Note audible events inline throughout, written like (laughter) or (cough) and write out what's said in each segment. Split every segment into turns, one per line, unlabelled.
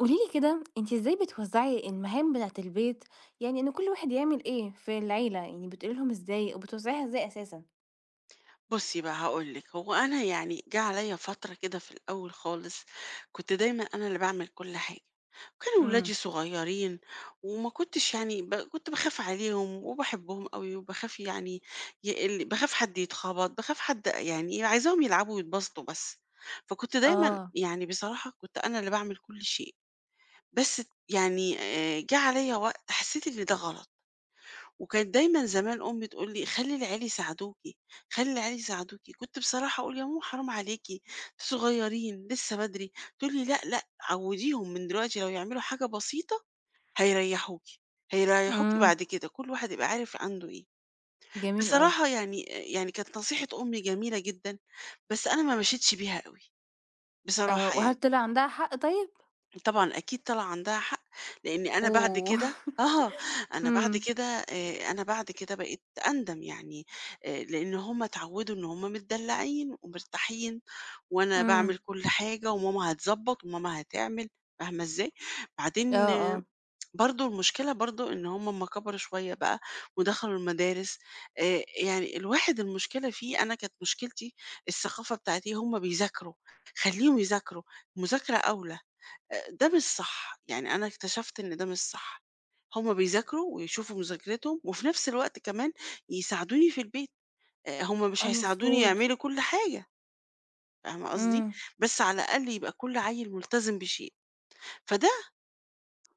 قولي لي كده أنتِ إزاي بتوزّعي المهام بتاعة البيت، إن كل واحد يعمل إيه في العيلة، بتقولي لهم إزاي وبتوزّعيها إزاي أساسًا؟
بُصّي بقى هاقول لِك، هو أنا يعني جه عليّا فترة كده في الأول خالص، كنت دايمًا أنا اللي باعمل كل حاجة، وكانوا
إمم،
ولادي صغيّرين وما كنتش يعني كنت باخاف عليهم وباحبهم أوي وباخاف يعني ي ال باخاف حد يتخبط، باخاف حد يعني عايزاهم يلعبوا ويتبسطوا بس، فكنت دايمًا
آه،
يعني بصراحة كنت أنا اللي باعمل كل شيء، بس يعني جه عليّا وقت حسّيت إن ده غلط. وكانت دايمًا زمان أمي تقول لي: "خلّي العيال يساعدوكِ، خلّي العيال يساعدوكِ." كنت بصراحة أقول: "يا ماما حرام عليكِ، أنتم صغيّرين لسه بدري." تقول لي: "لأ، لأ، عوّديهم من دلوقتي لو يعملوا حاجة بسيطة هيريّحوكِ، هيريّحوكِ
إمم،
بعد كده." كل واحد يبقى عارف عنده إيه.
جميل أوي،
بصراحة يعني كانت نصيحة أمي جميلة جدًا، بس أنا ما مشيتش بيها أوي
آه،
بصراحة
وهل
يعني.
طلع عندها حق طيب؟
طبعًا أكيد طلع عندها حق، لإن
أوه! (laughs) إمم،
أنا بعد كده بقيت أندم يعني لإن هُم اتعودوا إن هُم متدلعين ومرتاحين وأنا باعمل
إمم.
كل حاجة وماما هتضبّط وماما هتعمل، فاهمة إزاي؟
آه،
بعدين
آه،
برضه المشكلة برضه إن هُم أمّا كبروا شوية بقى ودخلوا المدارس يعني الواحد المشكلة فيه أنا كانت مشكلتي الثقافة بتاعتي هُم بيذاكروا، خلّيهم يذاكروا، المذاكرة أولى. ده مش صح، يعني أنا اكتشفت إن ده مش صح، هُم بيذاكروا ويشوفوا مذاكرتهم وفي نفس الوقت كمان يساعدوني في البيت، هُم مش هيساعدوني
المفروض.
يعملوا كل حاجة، فاهمة قصدي؟
إمم.
بس على الأقل يبقى كل عيّل ملتزم بشيء، فده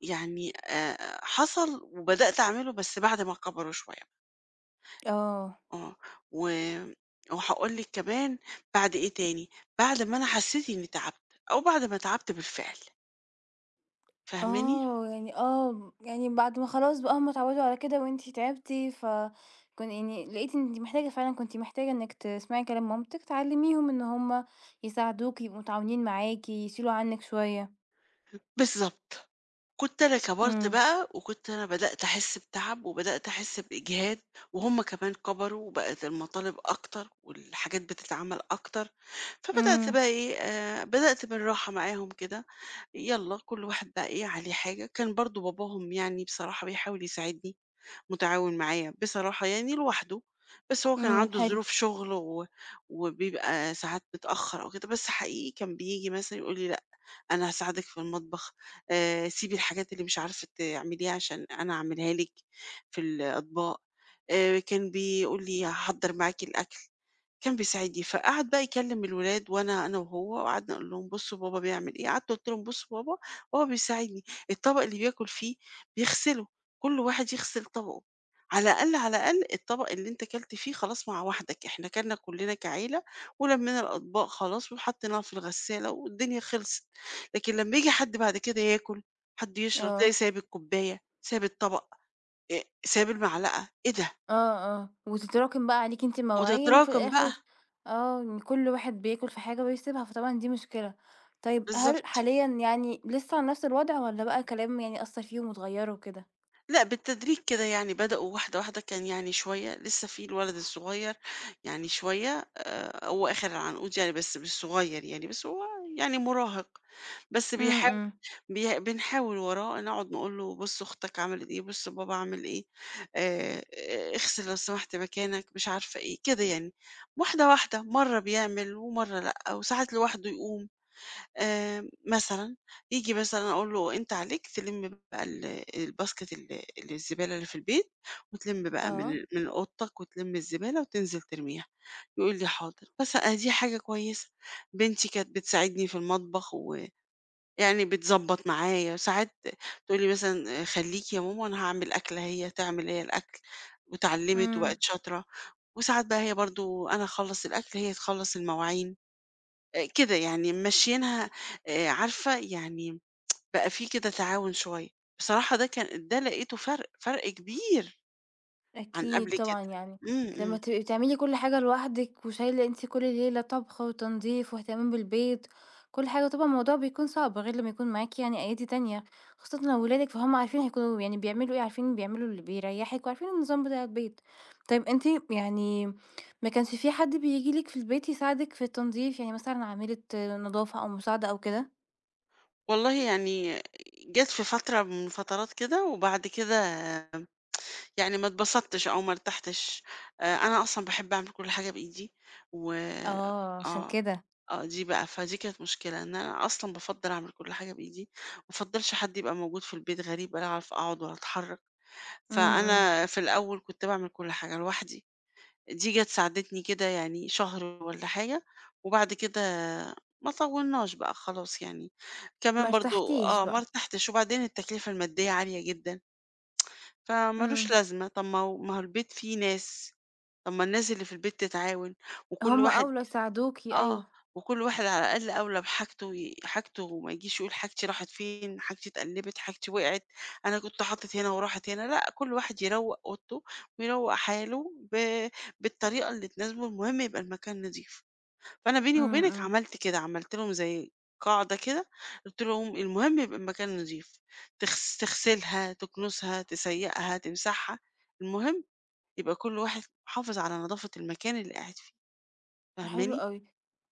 يعني حصل وبدأت أعمله بس بعد ما كبروا شوية،
آه.
آه، و وهاقول لِك كمان بعد إيه تاني، بعد ما أنا حسيت إني تعبت أو بعد ما تعبت بالفعل، فاهماني؟
آه، يعني بعد ما خلاص بقى هُم اتعودوا على كده وأنتِ تعبتِ، ف كن يعني لقيتِ إن أنتِ محتاجة فعلًا كنتِ محتاجة إنِّك تسمعي كلام مامتِك، تعلميهم إن هُم يساعدوكِ، يبقوا متعاونين معاكِ، يشيلوا عنِّك شوية.
بالضبط. كنت أنا كبرت
إمم،
بقى، وكنت أنا بدأت أحس بتعب، وبدأت أحس بإجهاد، وهُم كمان كبروا، وبقت المطالب أكتر، والحاجات بتتعمل أكتر، فبدأت
إمم،
بقى إيه، بدأت بالراحة معاهم كده، يالّا كل واحد بقى إيه عليه حاجة، كان برضه باباهم يعني بصراحة بيحاول يساعدني، متعاون معايا بصراحة يعني لوحده، بس هو كان
إمم،
عنده
حلو،
ظروف شغل وبيبقى ساعات متأخّر أو كده، بس حقيقي كان بييجي مثلًا يقول لي: "لأ، أنا هاساعدِك في المطبخ، سيبي الحاجات اللي مش عارفة تعمليها عشان أنا أعملها لِك في الأطباق." كان بيقول لي: "هاحضّر معاكِ الأكل." كان بيساعدني، فقعد بقى يكلم الولاد أنا وهو، وقعدنا نقول لهم بصوا بابا بيعمل إيه، قعدت قُلت لهم بصوا بابا، بابا بيساعدني، الطبق اللي بياكل فيه بيغسله، كل واحد يغسل طبقه، على الأقل، على الأقل الطبق اللي أنت كلت فيه خلاص مع وحدك، إحنا كلنا كعيلة ولمينا الأطباق خلاص وحطيناها في الغسالة والدنيا خلصت، لكن لمّا ييجي حد بعد كده ياكل، حد يشرب، تلاقي
آه،
سايب الكوباية، سايب الطبق، سايب المعلقة، إيه ده؟
آه، آه، وتتراكم بقى عليكِ أنتِ المواعين، وفي
وتتراكم
الآخر
بقى،
آه، إن كل واحد بياكل في حاجة ويسيبها، فطبعًا دي مشكلة. طيب هل
بالضبط.
حاليًا لسه على نفس الوضع والّا بقى كلام أثّر فيهم واتغيّروا وكده؟
لأ، بالتدريج كده يعني بدأوا واحدة، واحدة، كان يعني شوية لسه في الولد الصغير يعني شوية هو آخر العنقود يعني بس مش صغير يعني، بس هو يعني مراهق، بس
إمم،
بيحاول
إمم.
بنحاول وراه نقعد نقول له بُص أختك عملت إيه، بُص بابا عمل إيه، آآ، اغسل لو سمحت مكانك، مش عارفة إيه، كده يعني، واحدة، واحدة، مرّة بيعمل ومرّة لأ، وساعات لوحده يقوم. مثلًا ييجي مثلًا أقول له: "أنت عليك تلِم بقى الباسكت الزبالة اللي في البيت وتلِم بقى
آه.
من أوضتك وتلِم الزبالة وتنزل ترميها." يقول لي: "حاضر." بس أدي حاجة كويسة. بنتي كانت بتساعدني في المطبخ ويعني بتضبّط معايا، ساعات تقول لي مثلًا: "خلّيكِ يا ماما أنا هاعمل أكلة." هي تعمل هي الأكل واتعلّمت
إمم.
وبقت شاطرة، وساعات بقى هي برضه أنا أخلّص الأكل، هي تخلّص المواعين. كده يعني ممشّيينها عارفة، يعني بقى في كده تعاون شوية، بصراحة ده لقيته فرق، فرق كبير عن
أكيد
قبل
طبعًا
كده. إمم،
لمّا
إمم.
تبقي بتعملي كل حاجة لوحدِك وشايلة أنتِ كل ليلة طبخ وتنضيف واهتمام بالبيت، كل حاجة طبعًا الموضوع بيكون صعب غير لمّا يكون معاكِ أيادي تانية، خاصةً لو ولادِك فهُم عارفين هيكونوا بيعملوا إيه، عارفين بيعملوا اللي بيريّحِك وعارفين النظام بتاع البيت. طيب أنتِ يعني ما كانش في حد بييجي لِك في البيت يساعدِك في التنضيف، يعني مثلًا عاملة نضافة أو مساعدة أو كده؟
والله يعني جات في فترة من فترات كده، وبعد كده يعني ما اتبسطتش أو ما ارتحتش. أنا أصلًا باحب أعمل كل حاجة بإيدي و
آه، عشان
آه،
كده.
دي بقى فدي كانت مشكلة، إن أنا أصلًا بافضّل أعمل كل حاجة بإيدي، ما أفضّلش حد يبقى موجود في البيت غريب، ولا أعرف أقعد ولا أتحرّك.
إمم، إمم.
فأنا في الأول كنت باعمل كل حاجة لوحدي، دي جت ساعدتني كده يعني شهر والّا حاجة، وبعد كده ما طوّلناش بقى خلاص يعني،
ما
كمان برضه
ارتحتيش
ما
بقى.
ارتحتش، وبعدين التكلفة المادية عالية جدًا، فمالوش
إمم.
لازمة، طب ما هو البيت فيه ناس، طب ما الناس اللي في البيت تتعاون، وكل
هم
واحد
أولى يساعدوكِ
آه،
أيوه،
وكل واحد على الأقل أولى بحاجته حاجته وما يجيش يقول حاجتي راحت فين، حاجتي اتقلبت، حاجتي وقعت، أنا كنت حاطط هنا وراحت هنا، لأ، كل واحد يروّق أوضته ويروّق حاله بالطريقة اللي تناسبه، المهم يبقى المكان نضيف. فأنا بيني
إمم،
وبينِك
إمم،
عملت كده، عملت لهم زي قاعدة كده، قُلت لهم المهم يبقى المكان نضيف، تغسلها، تكنسها، تسيّقها، تمسحها، المهم يبقى كل واحد حافظ على نضافة المكان اللي قاعد فيه،
حلو
فاهماني؟
أوي،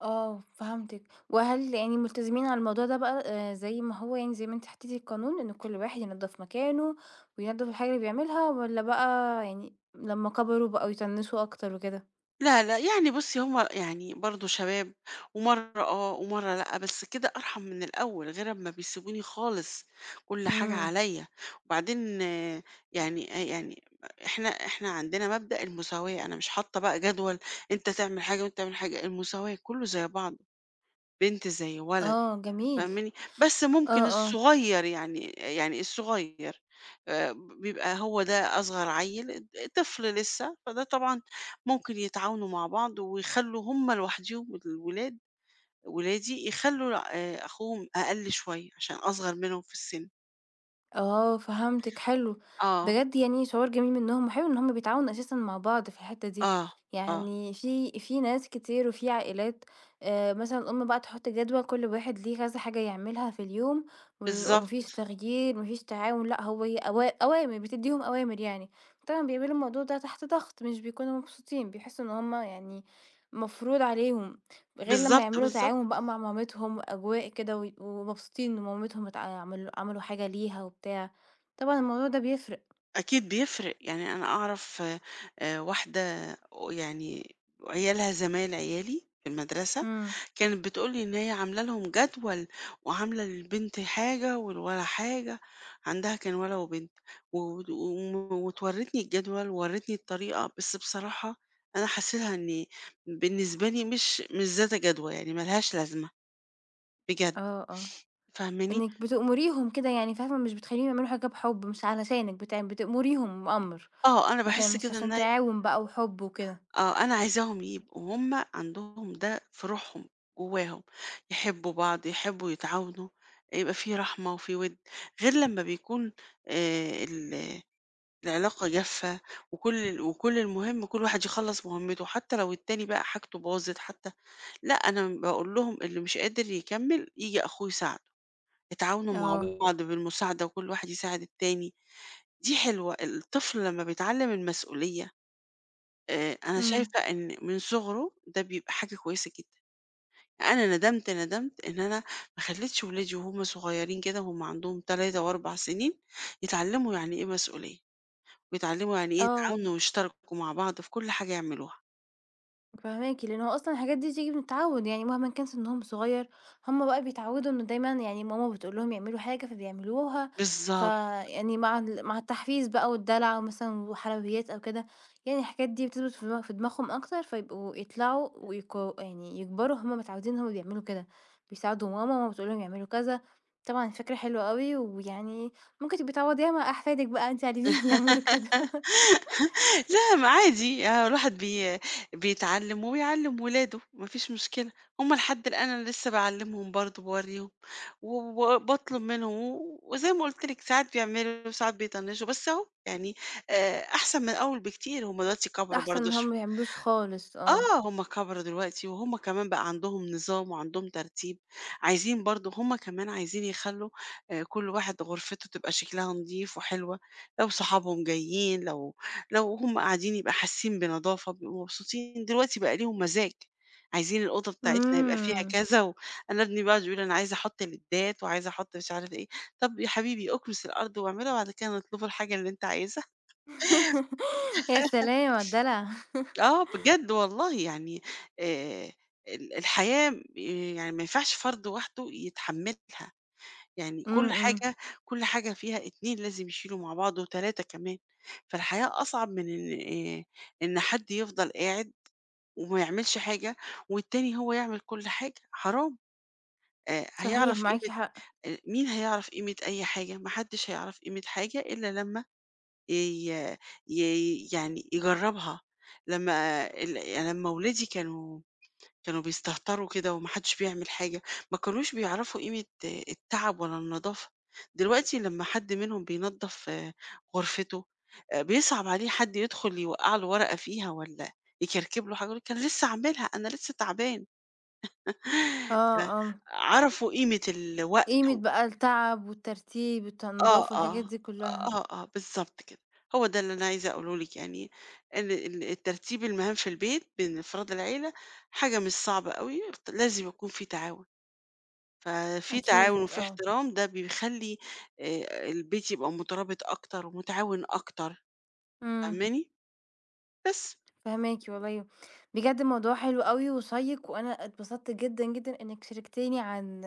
آه فهمتِك، وهل ملتزمين على الموضوع ده بقى زي ما هو زي ما أنتِ حطيتِ القانون إن كل واحد ينضّف مكانه وينضّف الحاجة اللي بيعملها والّا بقى لمّا كبروا بقوا يطنّسوا أكتر وكده؟
لا، لأ، يعني بُصّي هم يعني برضه شباب، ومَرّة آه، ومَرّة لأ، بس كده أرحم من الأول، غير أمّا بيسيبوني خالص، كل حاجة
إمم،
عليَّ، وبعدين آه، يعني إحنا عندنا مبدأ المساواة، أنا مش حاطة بقى جدول أنت تعمل حاجة وأنت تعمل حاجة، المساواة كُلّه زي بعضه، بنت زي ولد.
آه جميل،
فاهماني؟ بس ممكن
آه، آه.
الصغير يعني الصغير آآ، بيبقى هو ده أصغر عيّل طفل لسه، فده طبعًا ممكن يتعاونوا مع بعض ويخلّوا هم لوحديهم ولادي يخلّوا أخوهم أقل شوية عشان أصغر منهم في السن.
آه، فهمتِك حلو،
آه،
بجد شعور جميل منهم، وحلو إن هُم بيتعاونوا أساسًا مع بعض في الحتّة دي،
آه، آه،
يعني في ناس كتير وفي عائلات مثلًا الأم بقى تحط جدول كل واحد ليه كذا حاجة يعملها في اليوم، وما فيش
بالضبط،
تغيير، ما فيش تعاون، لأ هو ي أوا أوامر، بتدّيهم أوامر يعني، طبعًا بيعملوا الموضوع ده تحت ضغط، مش بيكونوا مبسوطين، بيحسوا إن هُم مفروض عليهم. غير لمّا
بالضبط،
يعملوا
بالضبط.
تعاون بقى مع مامتهم وأجواء كده ومبسوطين إن مامتهم اتع عملوا عملوا حاجة ليها وبتاع، طبعًا الموضوع ده بيفرق.
أكيد بيفرق، يعني أنا أعرف واحدة يعني عيالها زمايل عيالي في المدرسة،
إمم،
كانت بتقول لي إن هي عاملة لهم جدول وعاملة للبنت حاجة وللولد حاجة، عندها كان ولد وبنت و وم وورّتني الجدول وورّتني الطريقة، بس بصراحة أنا حاسّيها إن بالنسبة لي مش ذات جدوى، يعني ما لهاش لازمة بجد،
آه، آه.
فاهماني؟
إنِّك بتأمريهم كده يعني فاهمة، مش بتخلّيهم يعملوا حاجة بحُب، مش علشانِك بتأمريهم أمر،
آه، أنا
لكن
باحس
مش
كده إن
عشان تعاون بقى وحُب وكده.
أنا عايزاهم يبقوا هم عندهم ده في روحهم جواهم يحبوا بعض يحبوا يتعاونوا يبقى في رحمة وفي ود غير لما بيكون آه، العلاقة جافة وكل المهم كل واحد يخلص مهمته حتى لو التاني بقى حاجته باظت حتى لا أنا بقول لهم اللي مش قادر يكمل يجي أخوه يساعده يتعاونوا
آه.
مع بعض بالمساعدة وكل واحد يساعد التاني دي حلوة الطفل لما بيتعلم المسؤولية أنا
إمم،
شايفة إن من صُغره ده بيبقى حاجة كويسة جدًا. أنا ندمت، ندمت إن أنا ما خلّيتش ولادي وهُم صغيرين كده وهُم عندهم 3 و4 سنين، يتعلّموا يعني إيه مسؤولية، ويتعلّموا يعني إيه
آه.
يتعاونوا ويشتركوا مع بعض في كل حاجة يعملوها.
فاهماكِ، لأن هو أصلًا الحاجات دي بتيجي من التعوّد، يعني مهما كان سنّهم صغير، هم بقى بيتعوّدوا إنه دايمًا يعني ماما بتقول لهم يعملوا حاجة فبيعملوها،
بالضبط.
فيعني مع التحفيز بقى والدلع مثلًا وحلويات أو كده، يعني الحاجات دي بتثبت في دماغهم أكتر، فيبقوا يطلعوا ويكو يعني يكبروا هم متعودين إن هم بيعملوا كده، بيساعدوا ماما، ماما بتقول لهم يعملوا كذا، طبعًا فكرة حلوة أوي، ويعني ممكن تبقي تعوّضيها مع أحفادِك بقى أنتِ عليهم (laughs) يعملوا كده،
(laughs) لا ما عادي آه، الواحد بيتعلم وبيعلم ولاده ما فيش مشكلة هما لحد الآن أنا لسه بعلمهم برضه بوريهم وبطلب منهم وزي ما قلت لك ساعات بيعملوا وساعات بيطنشوا بس أهو يعني آه، أحسن من الأول بكتير هما دلوقتي كبروا
الأحسن
برضه
إن هم ما يعملوش خالص، آه.
آه، هم كبروا دلوقتي وهم كمان بقى عندهم نظام وعندهم ترتيب، عايزين برضه هم كمان عايزين يخلّوا كل واحد غرفته تبقى شكلها نضيف وحلوة، لو صحابهم جايين، لو هم قاعدين يبقى حاسين بنضافة، بيبقوا مبسوطين، دلوقتي بقى ليهم مزاج، عايزين الأوضة بتاعتنا يبقى فيها
إمم.
كذا أنا ابني بيقعد يقول أنا عايز أحط ليدات وعايز أحط مش عارف إيه، طَب يا حبيبي أكنس الأرض واعملها وبعد كده نطلبوا الحاجة اللي أنت عايزها.
(laughs) يا سلام على الدلع.
آه، بجد والله يعني آآ الحياة يعني ما ينفعش فرد وحده يتحمّلها، يعني
إمم،
كل
إمم،
حاجة فيها 2 لازم يشيلوا مع بعض و3 كمان، فالحياة أصعب من إن آآ إن حد يفضل قاعد وما يعملش حاجة والتاني هو يعمل كل حاجة، حرام،
صحيح
هيعرف
معاكِ
قيمة
حق.
مين هيعرف قيمة أي حاجة؟ ما حدش هيعرف قيمة حاجة إلا لمّا ي ي يعني يجرّبها، لمّا يعني لمّا ولادي كانوا بيستهتروا كده وما حدش بيعمل حاجة، ما كانوش بيعرفوا قيمة التعب ولا النضافة، دلوقتي لمّا حد منهم بينضف غرفته، بيصعب عليه حد يدخل يوقّع له ورقة فيها والّا يكركب له حاجة، يقول لِك أنا لسه عاملها، أنا لسه تعبان. (laughs)
آه، آه،
فعرفوا قيمة الوقت
قيمة بقى التعب والترتيب
آه،
والتنضاف والحاجات
آه،
دي
آه،
كلّها،
آه، آه، بالضبط كده، هو ده اللي أنا عايزة أقوله لِك يعني إن الترتيب المهام في البيت بين أفراد العيلة حاجة مش صعبة أوي، لازم يكون في تعاون. ففي تعاون
أكيد
وفي
آه،
احترام، ده بيخلّي البيت يبقى مترابط أكتر ومتعاون أكتر،
إمم،
فاهماني؟ بس.
فاهماكِ والله، بجد الموضوع حلو أوي وشيّق، وأنا اتبسطت جدًا، جدًا إنِّك شاركتيني عن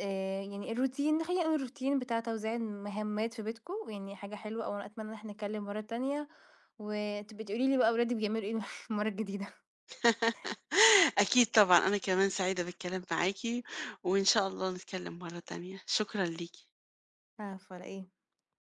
يعني الروتين خلّينا نقول الروتين بتاع توزيع المهمات في بيتكم، يعني حاجة حلوة أوي، وأنا أتمنى إن إحنا نتكلّم مرّة تانية، وتبقي تقولي لي بقى ولادِك بيعملوا إيه (laughs) المرّة الجديدة،
(laughs) أكيد طبعًا، أنا كمان سعيدة بالكلام معاكِ، وإن شاء الله نتكلم مرة تانية، شكرًا ليكِ.
عفوا على إيه.